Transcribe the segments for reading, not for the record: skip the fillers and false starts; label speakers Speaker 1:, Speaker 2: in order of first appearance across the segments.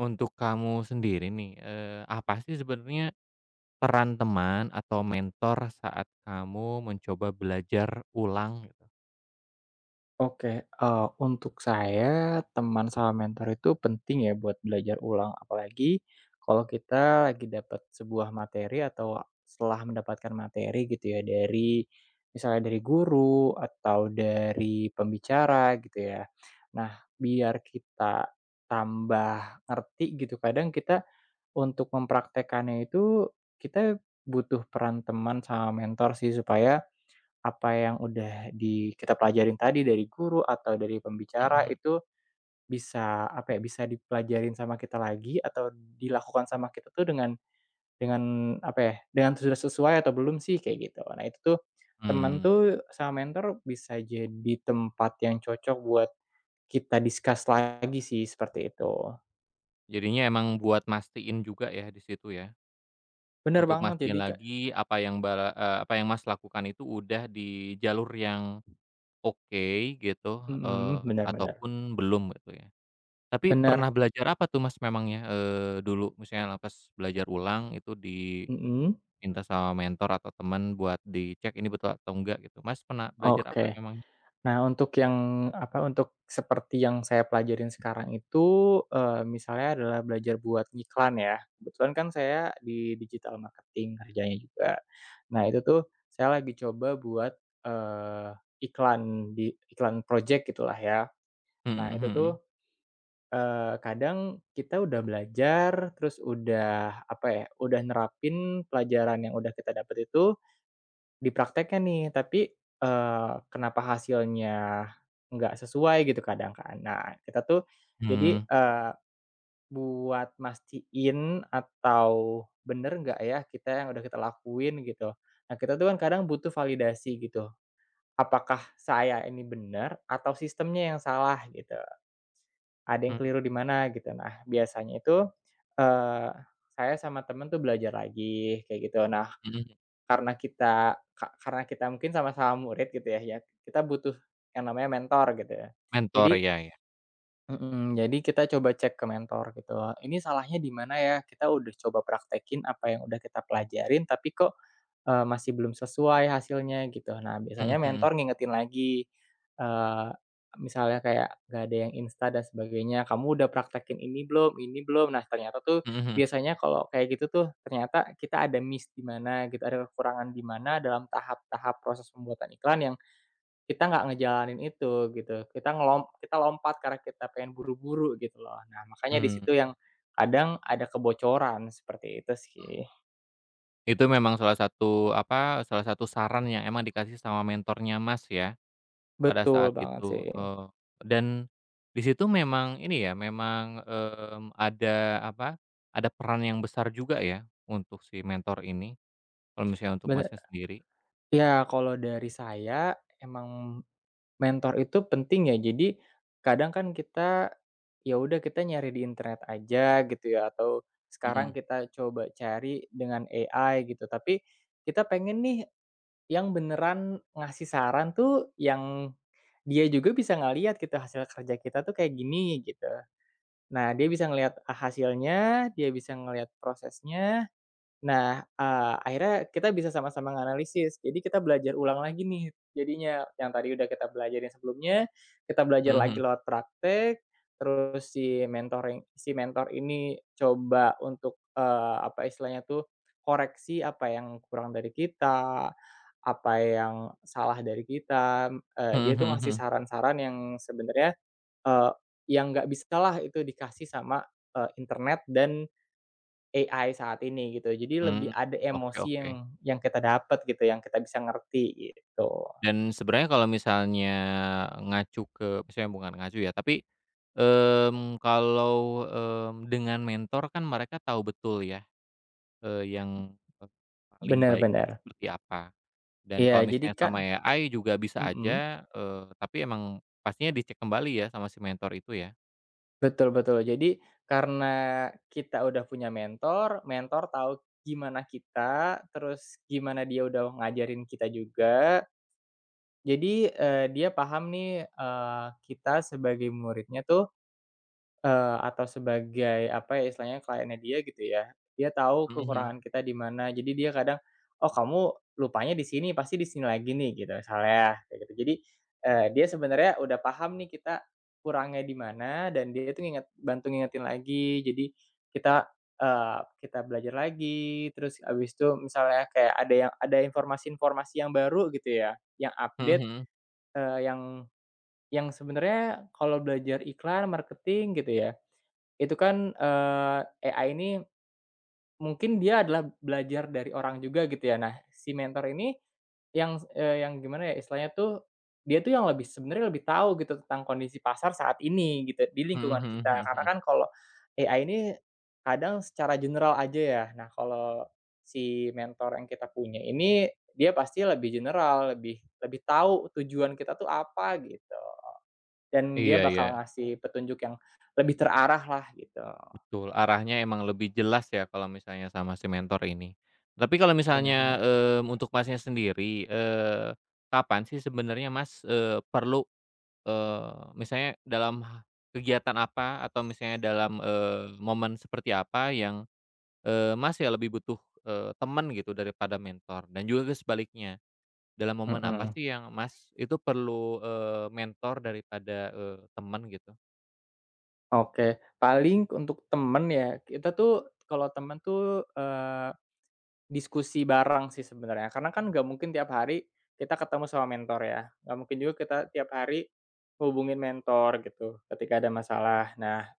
Speaker 1: Untuk kamu sendiri nih, apa sih sebenarnya peran teman atau mentor saat kamu mencoba belajar ulang gitu?
Speaker 2: Oke, untuk saya teman sama mentor itu penting ya buat belajar ulang, apalagi kalau kita lagi dapat sebuah materi atau setelah mendapatkan materi gitu ya dari misalnya dari guru atau dari pembicara gitu ya. Nah, biar kita tambah ngerti gitu, kadang kita untuk mempraktekannya itu kita butuh peran teman sama mentor sih supaya apa yang udah di kita pelajarin tadi dari guru atau dari pembicara
Speaker 1: Mhm.
Speaker 2: itu bisa, apa ya, bisa dipelajarin sama kita lagi atau dilakukan sama kita tuh dengan, apa ya, dengan sudah sesuai atau belum sih, kayak gitu. Nah, itu tuh teman
Speaker 1: Mmm,
Speaker 2: tuh sama mentor bisa jadi tempat yang cocok buat kita discuss lagi sih, seperti itu.
Speaker 1: jadinya emang buat mastiin juga ya di situ ya,
Speaker 2: Bener
Speaker 1: untuk
Speaker 2: banget,
Speaker 1: mastiin
Speaker 2: jadi kayak
Speaker 1: lagi apa yang apa yang Mas lakukan itu udah di jalur yang oke gitu,
Speaker 2: mhm, bener bener.
Speaker 1: ataupun belum gitu ya. Tapi
Speaker 2: Bener,
Speaker 1: pernah belajar apa tuh Mas memangnya, dulu? Misalnya pas belajar ulang itu di
Speaker 2: mhm,
Speaker 1: Minta sama mentor atau teman buat dicek ini betul atau enggak gitu. Mas pernah belajar apa
Speaker 2: oke.
Speaker 1: memang?
Speaker 2: Nah, untuk yang apa, untuk seperti yang saya pelajarin sekarang itu, misalnya adalah belajar buat ngiklan ya. Kebetulan kan saya di digital marketing kerjanya juga. Nah, itu tuh saya lagi coba buat, eee, iklan di iklan project gitulah ya.
Speaker 1: Mhm
Speaker 2: Nah, itu
Speaker 1: mhm.
Speaker 2: tuh, kadang kita udah belajar, terus udah apa ya, udah nerapin pelajaran yang udah kita dapat itu di prakteknya nih, tapi, kenapa hasilnya nggak sesuai gitu kadang kan. Nah, kita tuh jadi,
Speaker 1: Mmm,
Speaker 2: buat mastiin atau bener nggak ya kita yang udah kita lakuin gitu. Nah, kita tuh kan kadang butuh validasi gitu, apakah saya ini bener atau sistemnya yang salah gitu, ada yang keliru
Speaker 1: mhm
Speaker 2: di mana gitu. Nah, biasanya itu, eee, saya sama temen tuh belajar lagi kayak gitu. Nah
Speaker 1: mhm.
Speaker 2: karena kita karena kita mungkin sama-sama murid gitu ya, kita butuh yang namanya mentor gitu ya.
Speaker 1: Mentor
Speaker 2: Jadi
Speaker 1: ya ya.
Speaker 2: mhm, jadi kita coba cek ke mentor gitu, ini salahnya di mana ya? Kita udah coba praktekin apa yang udah kita pelajarin tapi kok masih belum sesuai hasilnya gitu. Nah, biasanya
Speaker 1: Mhm mhm.
Speaker 2: mentor ngingetin lagi, eee, misalnya kayak nggak ada yang insta dan sebagainya, "Kamu udah praktekin ini belum? Ini belum?" Nah, ternyata tuh
Speaker 1: Mhm mhm.
Speaker 2: biasanya kalau kayak gitu tuh, ternyata kita ada miss di mana gitu, ada kekurangan di mana dalam tahap-tahap proses pembuatan iklan yang kita nggak ngejalanin itu gitu. Kita lompat karena kita pengen buru-buru gitu loh. Nah, makanya di
Speaker 1: Mmm.
Speaker 2: situ yang kadang ada kebocoran, seperti itu sih.
Speaker 1: Itu memang salah satu apa, salah satu saran yang emang dikasih sama mentornya Mas ya, pada
Speaker 2: Betul
Speaker 1: saat
Speaker 2: banget
Speaker 1: itu,
Speaker 2: sih.
Speaker 1: eee, dan di situ memang ini ya, memang, ada apa, ada peran yang besar juga ya untuk si mentor ini, kalau misalnya untuk
Speaker 2: Bener.
Speaker 1: Masnya sendiri?
Speaker 2: Ya, kalau dari saya emang mentor itu penting ya. Jadi kadang kan kita, ya udah kita nyari di internet aja gitu ya atau sekarang
Speaker 1: Mhm.
Speaker 2: kita coba cari dengan AI gitu. Tapi kita pengen nih yang beneran ngasih saran tuh yang dia juga bisa ngelihat gitu hasil kerja kita tuh kayak gini gitu. Nah, dia bisa ngelihat hasilnya, dia bisa ngelihat prosesnya. Nah, akhirnya kita bisa sama-sama nganalisis. Jadi kita belajar ulang lagi nih jadinya, yang tadi udah kita belajarin sebelumnya, kita belajar
Speaker 1: Mhm
Speaker 2: lagi
Speaker 1: mhm.
Speaker 2: lewat praktek, terus si mentor ini coba untuk, apa istilahnya tuh, koreksi apa yang kurang dari kita, apa yang salah dari kita,
Speaker 1: Mhm
Speaker 2: dia tuh
Speaker 1: mhm
Speaker 2: ngasih
Speaker 1: mhm.
Speaker 2: saran-saran yang sebenarnya, eee, yang nggak bisalah itu dikasih sama, internet dan AI saat ini gitu. Jadi lebih
Speaker 1: Mmm,
Speaker 2: ada
Speaker 1: oke
Speaker 2: emosi
Speaker 1: oke.
Speaker 2: yang kita dapat gitu, yang kita bisa ngerti gitu.
Speaker 1: Dan sebenarnya kalau misalnya ngacu ke misalnya bukan ngacu ya, tapi, kalau, dengan mentor kan mereka tahu betul ya, yang, eee, paling
Speaker 2: Bener
Speaker 1: baik itu
Speaker 2: bener.
Speaker 1: seperti apa. Dan
Speaker 2: Iya
Speaker 1: kalau
Speaker 2: jadi
Speaker 1: misalnya
Speaker 2: kan
Speaker 1: sama AI juga bisa
Speaker 2: mhm,
Speaker 1: aja, tapi emang pastinya dicek kembali ya sama si mentor itu ya?
Speaker 2: betul betul. Jadi karena kita udah punya mentor, mentor tahu gimana kita, terus gimana dia udah ngajarin kita juga. Jadi, dia paham nih, kita sebagai muridnya tuh atau sebagai apa ya, istilahnya kliennya dia gitu ya, dia tahu
Speaker 1: Mhm mhm.
Speaker 2: kekurangan kita di mana, jadi dia kadang, "Oh kamu lupanya di sini, pasti di sini lagi nih," gitu misalnya, kayak gitu. Jadi, dia sebenarnya udah paham nih kita kurangnya di mana dan dia itu bantu ngingetin lagi. Jadi kita, kita belajar lagi, terus abis itu misalnya kayak ada informasi-informasi yang baru gitu ya, yang
Speaker 1: Mhm
Speaker 2: update,
Speaker 1: mhm
Speaker 2: yang sebenarnya kalau belajar iklan, marketing gitu ya itu kan, AI ini mungkin dia adalah belajar dari orang juga gitu ya. Nah, si mentor ini yang gimana ya istilahnya tuh, dia tuh yang lebih sebenarnya lebih tahu gitu tentang kondisi pasar saat ini gitu, di lingkungan
Speaker 1: mhm mhm
Speaker 2: kita. Karena
Speaker 1: mhm.
Speaker 2: kan kalau AI ini kadang secara general aja ya. Nah, kalau si mentor yang kita punya ini, dia pasti lebih general, lebih lebih tahu tujuan kita tuh apa gitu, dan dia
Speaker 1: Iya
Speaker 2: bakal
Speaker 1: iya.
Speaker 2: ngasih petunjuk yang lebih terarah lah gitu.
Speaker 1: Betul, arahnya emang lebih jelas ya kalau misalnya sama si mentor ini. Tapi kalau
Speaker 2: Benar
Speaker 1: misalnya,
Speaker 2: banget.
Speaker 1: untuk Masnya sendiri, kapan sih sebenarnya Mas, perlu, misalnya dalam kegiatan apa atau misalnya dalam, momen seperti apa yang, Mas ya lebih butuh, teman gitu daripada mentor? Dan juga ke sebaliknya, dalam momen apa
Speaker 2: Mhm,
Speaker 1: sih yang Mas itu perlu, mentor daripada, teman gitu?
Speaker 2: oke. Paling untuk temen ya, kita tuh kalau temen tuh, diskusi bareng sih sebenarnya, karena kan nggak mungkin tiap hari kita ketemu sama mentor ya, nggak mungkin juga kita tiap hari hubungin mentor gitu ketika ada masalah. Nah,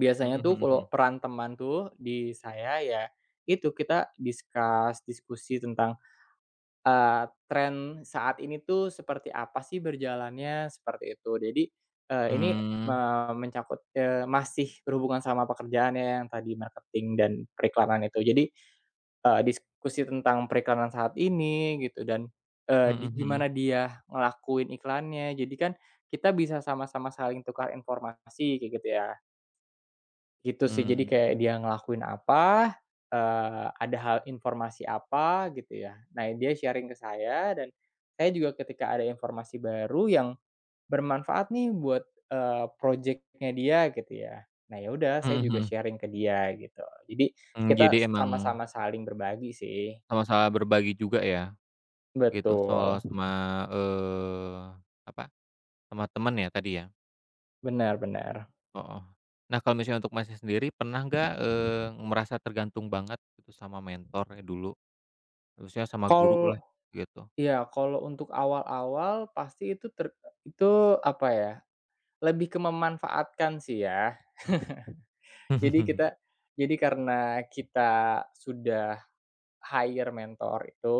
Speaker 1: Mhm
Speaker 2: tuh
Speaker 1: mhm
Speaker 2: kalau
Speaker 1: mhm.
Speaker 2: peran teman tuh di saya ya itu, kita discuss, diskusi tentang tren saat ini tuh seperti apa sih berjalannya, seperti itu. Jadi, ini mencakup, masih berhubungan sama pekerjaannya yang tadi marketing dan periklanan itu. Jadi, diskusi tentang periklanan saat ini gitu dan,
Speaker 1: Mmm,
Speaker 2: di
Speaker 1: mhm mhm,
Speaker 2: gimana dia ngelakuin iklannya. Jadi kan kita bisa sama-sama saling tukar informasi kayak gitu ya. Gitu sih, jadi
Speaker 1: mmm.
Speaker 2: kayak dia ngelakuin apa, ada hal informasi apa gitu ya. Nah, dia sharing ke saya dan saya juga ketika ada informasi baru yang bermanfaat nih buat, projeknya dia gitu ya. Nah, ya udah saya
Speaker 1: Mhm
Speaker 2: juga
Speaker 1: mhm.
Speaker 2: sharing ke dia gitu. Jadi
Speaker 1: Mmm, jadi
Speaker 2: kita
Speaker 1: emang
Speaker 2: sama-sama saling berbagi sih.
Speaker 1: sama-sama berbagi juga ya, gitu, soal
Speaker 2: Betul,
Speaker 1: sama, eee, apa, sama teman ya tadi ya?
Speaker 2: benar benar.
Speaker 1: Heeh. Nah, kalau misalnya untuk Masnya sendiri pernah nggak, merasa tergantung banget gitu sama mentor ya dulu, maksudnya sama
Speaker 2: Kal
Speaker 1: gurulah gitu?
Speaker 2: iya, kalau untuk awal-awal pasti itu apa ya, lebih ke memanfaatkan sih ya. Jadi kita jadi karena kita sudah hire mentor itu,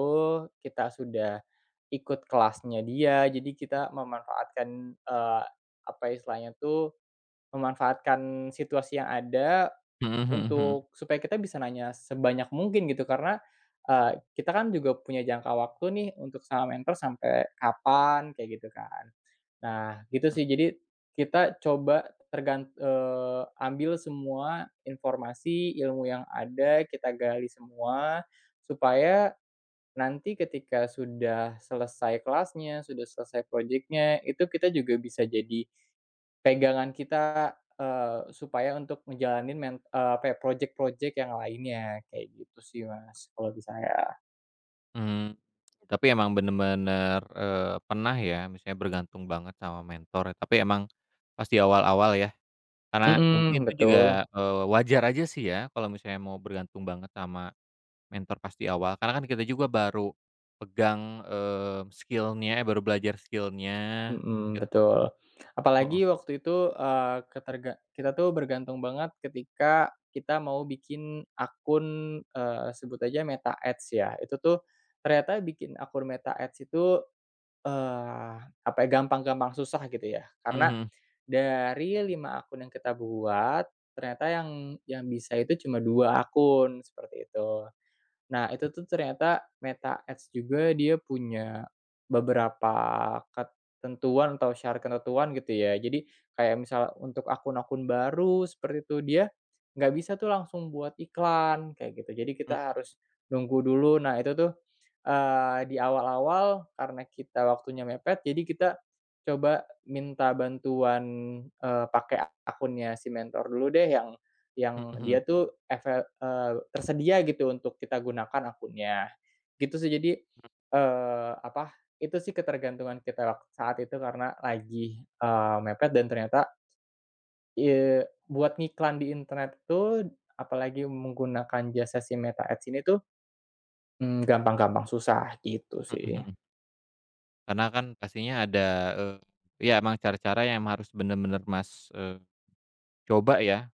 Speaker 2: kita sudah ikut kelasnya dia, jadi kita memanfaatkan, eee, apa istilahnya tuh, memanfaatkan situasi yang ada
Speaker 1: Mhm mhm mhm.
Speaker 2: untuk supaya kita bisa nanya sebanyak mungkin gitu. Karena, kita kan juga punya jangka waktu nih untuk sama mentor sampai kapan, kayak gitu kan. Nah, gitu sih. Jadi kita coba ambil semua informasi, ilmu yang ada, kita gali semua, supaya nanti ketika sudah selesai kelasnya, sudah selesai projeknya, itu kita juga bisa jadi pegangan kita, supaya untuk ngejalanin apa ya, projek-projek yang lainnya, kayak gitu sih, Mas, kalau di saya.
Speaker 1: Mmm, tapi emang bener-bener, pernah ya misalnya bergantung banget sama mentor, tapi emang pas di awal-awal ya? Karena mungkin
Speaker 2: Mhm,
Speaker 1: itu
Speaker 2: betul.
Speaker 1: juga, wajar aja sih ya kalau misalnya mau bergantung banget sama mentor pas di awal, karena kan kita juga baru pegang, skill-nya, eh, baru belajar skill-nya
Speaker 2: Mhm,
Speaker 1: gitu,
Speaker 2: betul. Apalagi
Speaker 1: heeh,
Speaker 2: waktu itu, kita tuh bergantung banget ketika kita mau bikin akun, sebut aja Meta Ads ya. Itu tuh ternyata bikin akun Meta Ads itu, eee, apa ya, gampang-gampang susah gitu ya. Karena
Speaker 1: mhm
Speaker 2: dari 5 akun yang kita buat, ternyata yang bisa itu cuma 2 akun, seperti itu. Nah, itu tuh ternyata Meta Ads juga dia punya beberapa ketentuan atau syarat ketentuan gitu ya. Jadi kayak misal untuk akun-akun baru seperti itu, dia nggak bisa tuh langsung buat iklan kayak gitu. Jadi kita
Speaker 1: mhm,
Speaker 2: harus nunggu dulu. Nah, itu tuh, di awal-awal karena kita waktunya mepet, jadi kita coba minta bantuan, pakai akunnya si mentor dulu deh yang
Speaker 1: mhm mhm,
Speaker 2: dia tuh tersedia gitu untuk kita gunakan akunnya, gitu sih. Jadi, apa, itu sih ketergantungan kita saat itu karena lagi, mepet dan ternyata, buat ngiklan di internet tuh, apalagi menggunakan jasa si Meta Ads ini tuh, gampang-gampang susah, gitu sih.
Speaker 1: mhm mhm. Karena kan pastinya ada, eee, ya emang cara-cara yang harus bener-bener Mas, eee, coba ya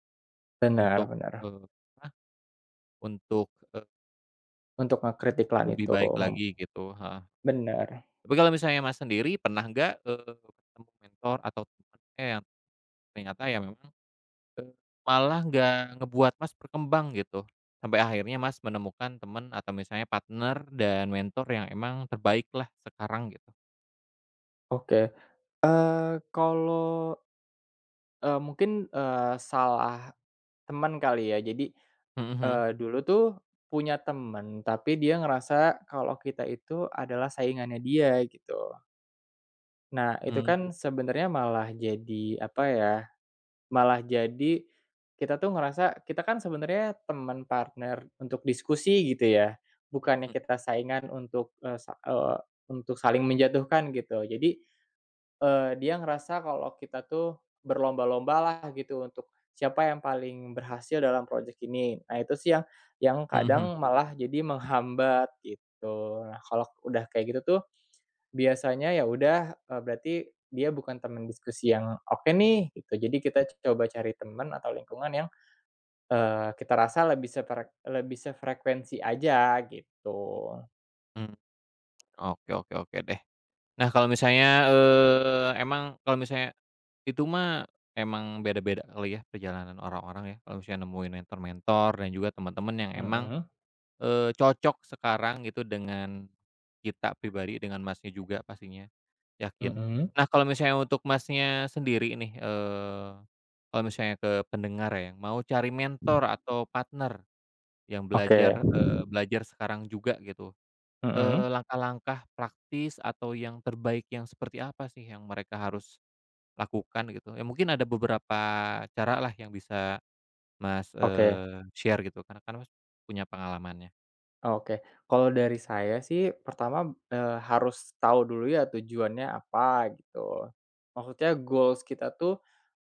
Speaker 2: Benar
Speaker 1: untuk,
Speaker 2: benar.
Speaker 1: eee, apa, untuk, eee,
Speaker 2: Untuk ngekritik iklan
Speaker 1: lebih
Speaker 2: itu,
Speaker 1: baik lagi gitu, heeh.
Speaker 2: bener.
Speaker 1: Tapi kalau misalnya Mas sendiri pernah nggak, ketemu mentor atau temen, eh, yang ternyata ya memang malah nggak ngebuat Mas berkembang gitu, sampai akhirnya Mas menemukan teman atau misalnya partner dan mentor yang emang terbaik lah sekarang gitu?
Speaker 2: Oke, kalau, mungkin, salah teman kali ya. Jadi
Speaker 1: Mhm mhm.
Speaker 2: Dulu tuh punya temen, tapi dia ngerasa kalau kita itu adalah saingannya dia gitu. Nah, itu
Speaker 1: Mmm,
Speaker 2: kan sebenarnya malah jadi apa ya, malah jadi kita tuh ngerasa kita kan sebenarnya teman, partner untuk diskusi gitu ya,
Speaker 1: mhm
Speaker 2: bukannya
Speaker 1: mhm.
Speaker 2: kita saingan untuk saling menjatuhkan gitu. Jadi dia ngerasa kalau kita tuh berlomba lomba lah gitu untuk siapa yang paling berhasil dalam project ini. Nah itu sih yang
Speaker 1: Mhm mhm.
Speaker 2: kadang malah jadi menghambat gitu. Nah kalau udah kayak gitu tuh biasanya ya udah, berarti dia bukan teman diskusi yang oke nih gitu. Jadi kita coba cari teman atau lingkungan yang, kita rasa lebih sefrekuensi aja gitu.
Speaker 1: Mmm, oke oke oke deh. Nah kalau misalnya, emang kalau misalnya itu mah emang beda-beda kali ya perjalanan orang-orang ya, kalau misalnya nemuin mentor-mentor dan juga teman-teman yang emang,
Speaker 2: Mhm
Speaker 1: cocok sekarang gitu dengan kita pribadi, dengan Masnya juga pastinya. Yakin.
Speaker 2: mhm,
Speaker 1: Nah, kalau misalnya untuk Masnya sendiri nih, kalau misalnya ke pendengar ya, yang mau cari mentor atau partner yang belajar,
Speaker 2: oke,
Speaker 1: Mhm. Belajar sekarang juga gitu,
Speaker 2: mhm,
Speaker 1: langkah-langkah praktis atau yang terbaik yang seperti apa sih yang mereka harus lakukan gitu? Ya mungkin ada beberapa caralah yang bisa Mas,
Speaker 2: oke.
Speaker 1: share gitu karena kan Mas punya pengalamannya.
Speaker 2: Oke, kalau dari saya sih pertama, harus tahu dulu ya tujuannya apa gitu. Maksudnya goals kita tuh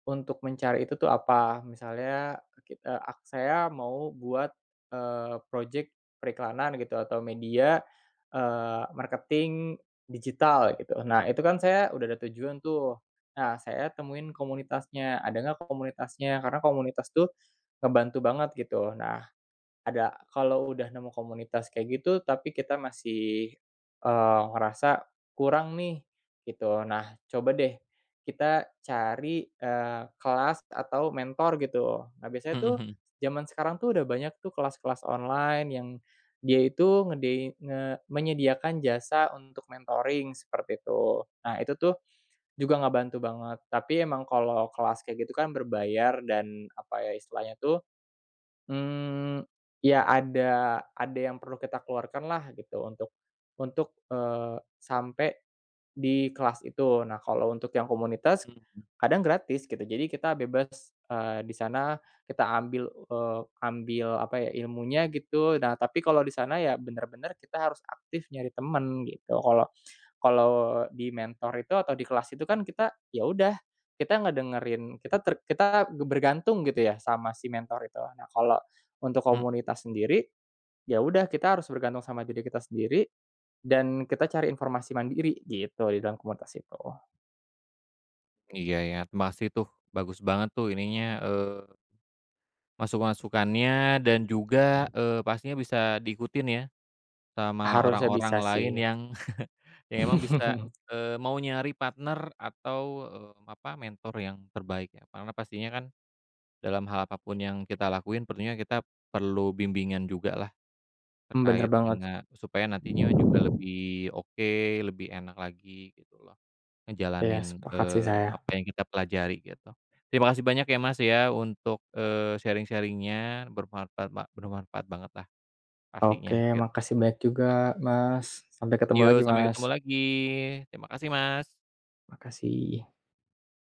Speaker 2: untuk mencari itu tuh apa. Misalnya kit ak saya mau buat, projek periklanan gitu atau media, marketing digital gitu. Nah itu kan saya udah ada tujuan tuh. Nah saya temuin komunitasnya, ada nggak komunitasnya, karena komunitas tuh ngebantu banget gitu. Nah ada, kalau udah nemu komunitas kayak gitu, tapi kita masih, ngerasa kurang nih, gitu. Nah, coba deh kita cari, kelas atau mentor gitu. Nah, biasanya
Speaker 1: Mhm
Speaker 2: tuh
Speaker 1: mhm.
Speaker 2: zaman sekarang tuh udah banyak tuh kelas-kelas online yang dia itu ngedei nge menyediakan jasa untuk mentoring seperti itu. Nah, itu tuh juga ngebantu banget, tapi emang kalau kelas kayak gitu kan berbayar dan, apa ya, istilahnya tuh Mmm, ya ada yang perlu kita keluarkan lah gitu untuk sampai di kelas itu. Nah, kalau untuk yang komunitas
Speaker 1: Mhm. Mhm,
Speaker 2: kadang gratis gitu, jadi kita bebas, di sana kita ambil, ambil apa ya, ilmunya gitu. Nah, tapi kalau di sana ya bener-bener kita harus aktif nyari temen gitu, kalau kalau di mentor itu atau di kelas itu kan kita, ya udah, kita ngedengerin, kita bergantung gitu ya sama si mentor itu. Nah, kalau untuk
Speaker 1: Mhm.
Speaker 2: komunitas sendiri, ya udah kita harus bergantung sama diri kita sendiri dan kita cari informasi mandiri gitu di dalam komunitas itu.
Speaker 1: Iya ya, makasih tuh, bagus banget tuh ininya, Masuk-masukannya dan juga, pastinya bisa diikutin ya sama
Speaker 2: Harusnya
Speaker 1: orang-orang
Speaker 2: bisa sih.
Speaker 1: lain yang yang emang bisa, mau nyari partner atau, apa, mentor yang terbaik ya. Karena pastinya kan dalam hal apapun yang kita lakuin tentunya kita perlu bimbingan juga lah
Speaker 2: Bener
Speaker 1: terkait
Speaker 2: banget.
Speaker 1: dengan supaya nantinya juga lebih oke, lebih enak lagi gitu loh.
Speaker 2: Ya
Speaker 1: Ngejalanin,
Speaker 2: sepakat sih saya.
Speaker 1: apa yang kita pelajari gitu. Terima kasih banyak ya Mas ya untuk, sharing-sharing-nya bermanfaat ba bermanfaat banget lah
Speaker 2: Oke,
Speaker 1: pastinya gitu.
Speaker 2: makasih banyak juga, Mas. Sampai ketemu lagi,
Speaker 1: Yuk sampai
Speaker 2: Mas.
Speaker 1: ketemu lagi. Terima kasih Mas.
Speaker 2: Makasih.